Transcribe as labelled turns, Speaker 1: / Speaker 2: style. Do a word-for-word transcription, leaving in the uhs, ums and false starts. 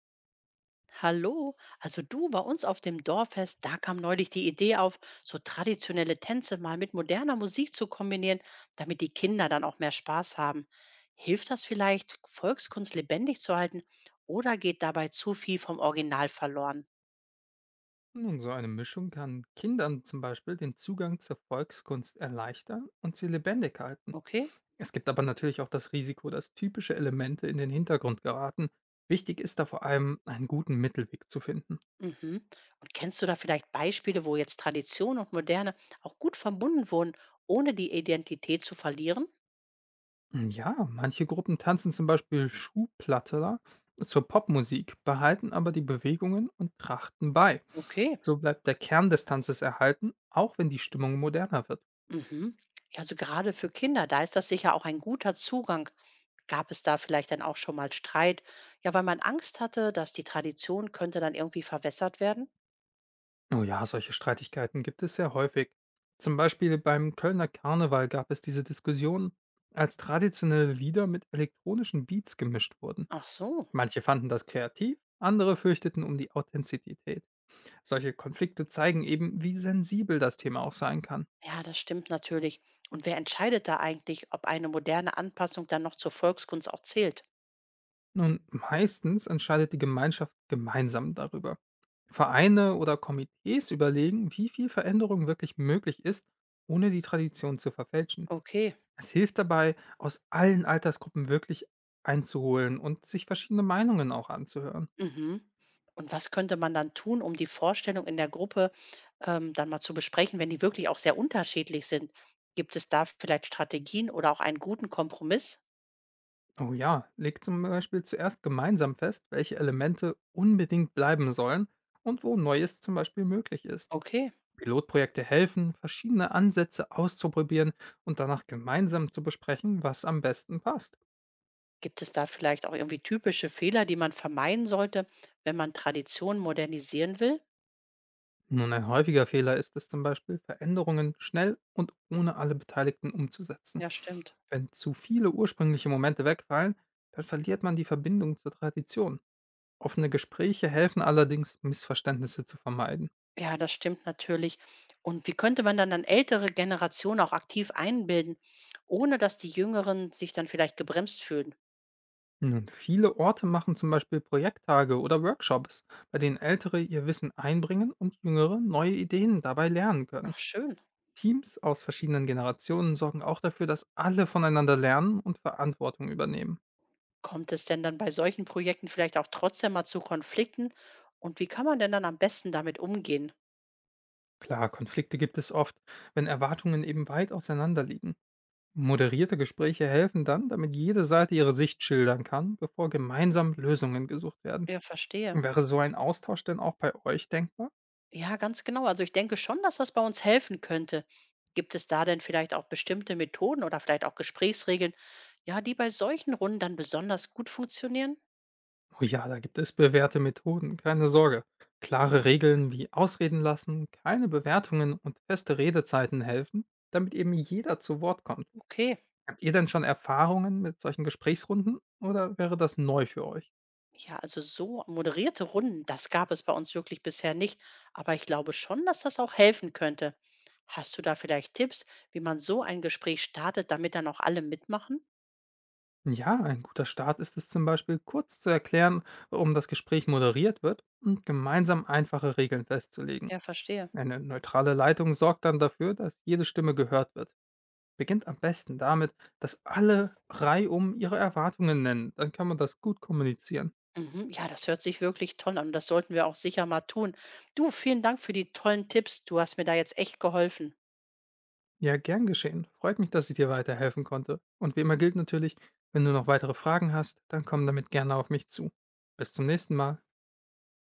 Speaker 1: Hallo, also du bei uns auf dem Dorffest, da kam neulich die Idee auf, so traditionelle Tänze mal mit moderner Musik zu kombinieren, damit die Kinder dann auch mehr Spaß haben. Hilft das vielleicht, Volkskunst lebendig zu halten oder geht dabei zu viel vom Original verloren?
Speaker 2: Nun, so eine Mischung kann Kindern zum Beispiel den Zugang zur Volkskunst erleichtern und sie lebendig halten.
Speaker 1: Okay.
Speaker 2: Es gibt aber natürlich auch das Risiko, dass typische Elemente in den Hintergrund geraten. Wichtig ist da vor allem, einen guten Mittelweg zu finden.
Speaker 1: Mhm. Und kennst du da vielleicht Beispiele, wo jetzt Tradition und Moderne auch gut verbunden wurden, ohne die Identität zu verlieren?
Speaker 2: Ja, manche Gruppen tanzen zum Beispiel Schuhplattler zur Popmusik, behalten aber die Bewegungen und Trachten bei.
Speaker 1: Okay.
Speaker 2: So bleibt der Kern des Tanzes erhalten, auch wenn die Stimmung moderner wird.
Speaker 1: Mhm. Ja, also gerade für Kinder, da ist das sicher auch ein guter Zugang. Gab es da vielleicht dann auch schon mal Streit? Ja, weil man Angst hatte, dass die Tradition könnte dann irgendwie verwässert werden?
Speaker 2: Oh ja, solche Streitigkeiten gibt es sehr häufig. Zum Beispiel beim Kölner Karneval gab es diese Diskussion, als traditionelle Lieder mit elektronischen Beats gemischt wurden.
Speaker 1: Ach so,
Speaker 2: Manche fanden das kreativ, andere fürchteten um die Authentizität. Solche Konflikte zeigen eben, wie sensibel das Thema auch sein kann.
Speaker 1: ja, das stimmt natürlich. Und wer entscheidet da eigentlich, ob eine moderne Anpassung dann noch zur Volkskunst auch zählt?
Speaker 2: Und meistens entscheidet die Gemeinschaft gemeinsam darüber. Vereine oder Komitees überlegen, wie viel Veränderung wirklich möglich ist, ohne die Tradition zu verfälschen.
Speaker 1: Okay.
Speaker 2: Es hilft dabei, aus allen Altersgruppen wirklich einzuholen und sich verschiedene Meinungen auch anzuhören.
Speaker 1: Mhm. Und was könnte man dann tun, um die Vorstellung in der Gruppe ähm, dann mal zu besprechen, wenn die wirklich auch sehr unterschiedlich sind? Gibt es da vielleicht Strategien oder auch einen guten Kompromiss?
Speaker 2: Oh ja, legt zum Beispiel zuerst gemeinsam fest, welche Elemente unbedingt bleiben sollen und wo Neues zum Beispiel möglich ist.
Speaker 1: Okay.
Speaker 2: Pilotprojekte helfen, verschiedene Ansätze auszuprobieren und danach gemeinsam zu besprechen, was am besten passt.
Speaker 1: Gibt es da vielleicht auch irgendwie typische Fehler, die man vermeiden sollte, wenn man Traditionen modernisieren will?
Speaker 2: Nun, ein häufiger Fehler ist es zum Beispiel, Veränderungen schnell und ohne alle Beteiligten umzusetzen.
Speaker 1: Ja, stimmt.
Speaker 2: Wenn zu viele ursprüngliche Momente wegfallen, dann verliert man die Verbindung zur Tradition. Offene Gespräche helfen allerdings, Missverständnisse zu vermeiden.
Speaker 1: Ja, das stimmt natürlich. Und wie könnte man dann dann ältere Generationen auch aktiv einbilden, ohne dass die Jüngeren sich dann vielleicht gebremst fühlen?
Speaker 2: Nun, viele Orte machen zum Beispiel Projekttage oder Workshops, bei denen Ältere ihr Wissen einbringen und Jüngere neue Ideen dabei lernen können.
Speaker 1: Ach, schön.
Speaker 2: Teams aus verschiedenen Generationen sorgen auch dafür, dass alle voneinander lernen und Verantwortung übernehmen.
Speaker 1: Kommt es denn dann bei solchen Projekten vielleicht auch trotzdem mal zu Konflikten? Und wie kann man denn dann am besten damit umgehen?
Speaker 2: Klar, Konflikte gibt es oft, wenn Erwartungen eben weit auseinander liegen. Moderierte Gespräche helfen dann, damit jede Seite ihre Sicht schildern kann, bevor gemeinsam Lösungen gesucht werden.
Speaker 1: Ja, verstehe.
Speaker 2: Wäre so ein Austausch denn auch bei euch denkbar?
Speaker 1: Ja, ganz genau. Also ich denke schon, dass das bei uns helfen könnte. Gibt es da denn vielleicht auch bestimmte Methoden oder vielleicht auch Gesprächsregeln, ja, die bei solchen Runden dann besonders gut funktionieren?
Speaker 2: Oh ja, da gibt es bewährte Methoden, keine Sorge. Klare Regeln wie Ausreden lassen, keine Bewertungen und feste Redezeiten helfen, damit eben jeder zu Wort kommt.
Speaker 1: Okay.
Speaker 2: Habt ihr denn schon Erfahrungen mit solchen Gesprächsrunden oder wäre das neu für euch?
Speaker 1: Ja, also so moderierte Runden, das gab es bei uns wirklich bisher nicht. Aber ich glaube schon, dass das auch helfen könnte. Hast du da vielleicht Tipps, wie man so ein Gespräch startet, damit dann auch alle mitmachen?
Speaker 2: Ja, ein guter Start ist es zum Beispiel, kurz zu erklären, warum das Gespräch moderiert wird und gemeinsam einfache Regeln festzulegen.
Speaker 1: Ja, verstehe.
Speaker 2: Eine neutrale Leitung sorgt dann dafür, dass jede Stimme gehört wird. Beginnt am besten damit, dass alle reihum ihre Erwartungen nennen. Dann kann man das gut kommunizieren.
Speaker 1: Mhm. Ja, das hört sich wirklich toll an und das sollten wir auch sicher mal tun. Du, vielen Dank für die tollen Tipps. Du hast mir da jetzt echt geholfen.
Speaker 2: Ja, gern geschehen. Freut mich, dass ich dir weiterhelfen konnte. Und wie immer gilt natürlich, wenn du noch weitere Fragen hast, dann komm damit gerne auf mich zu. Bis zum nächsten Mal.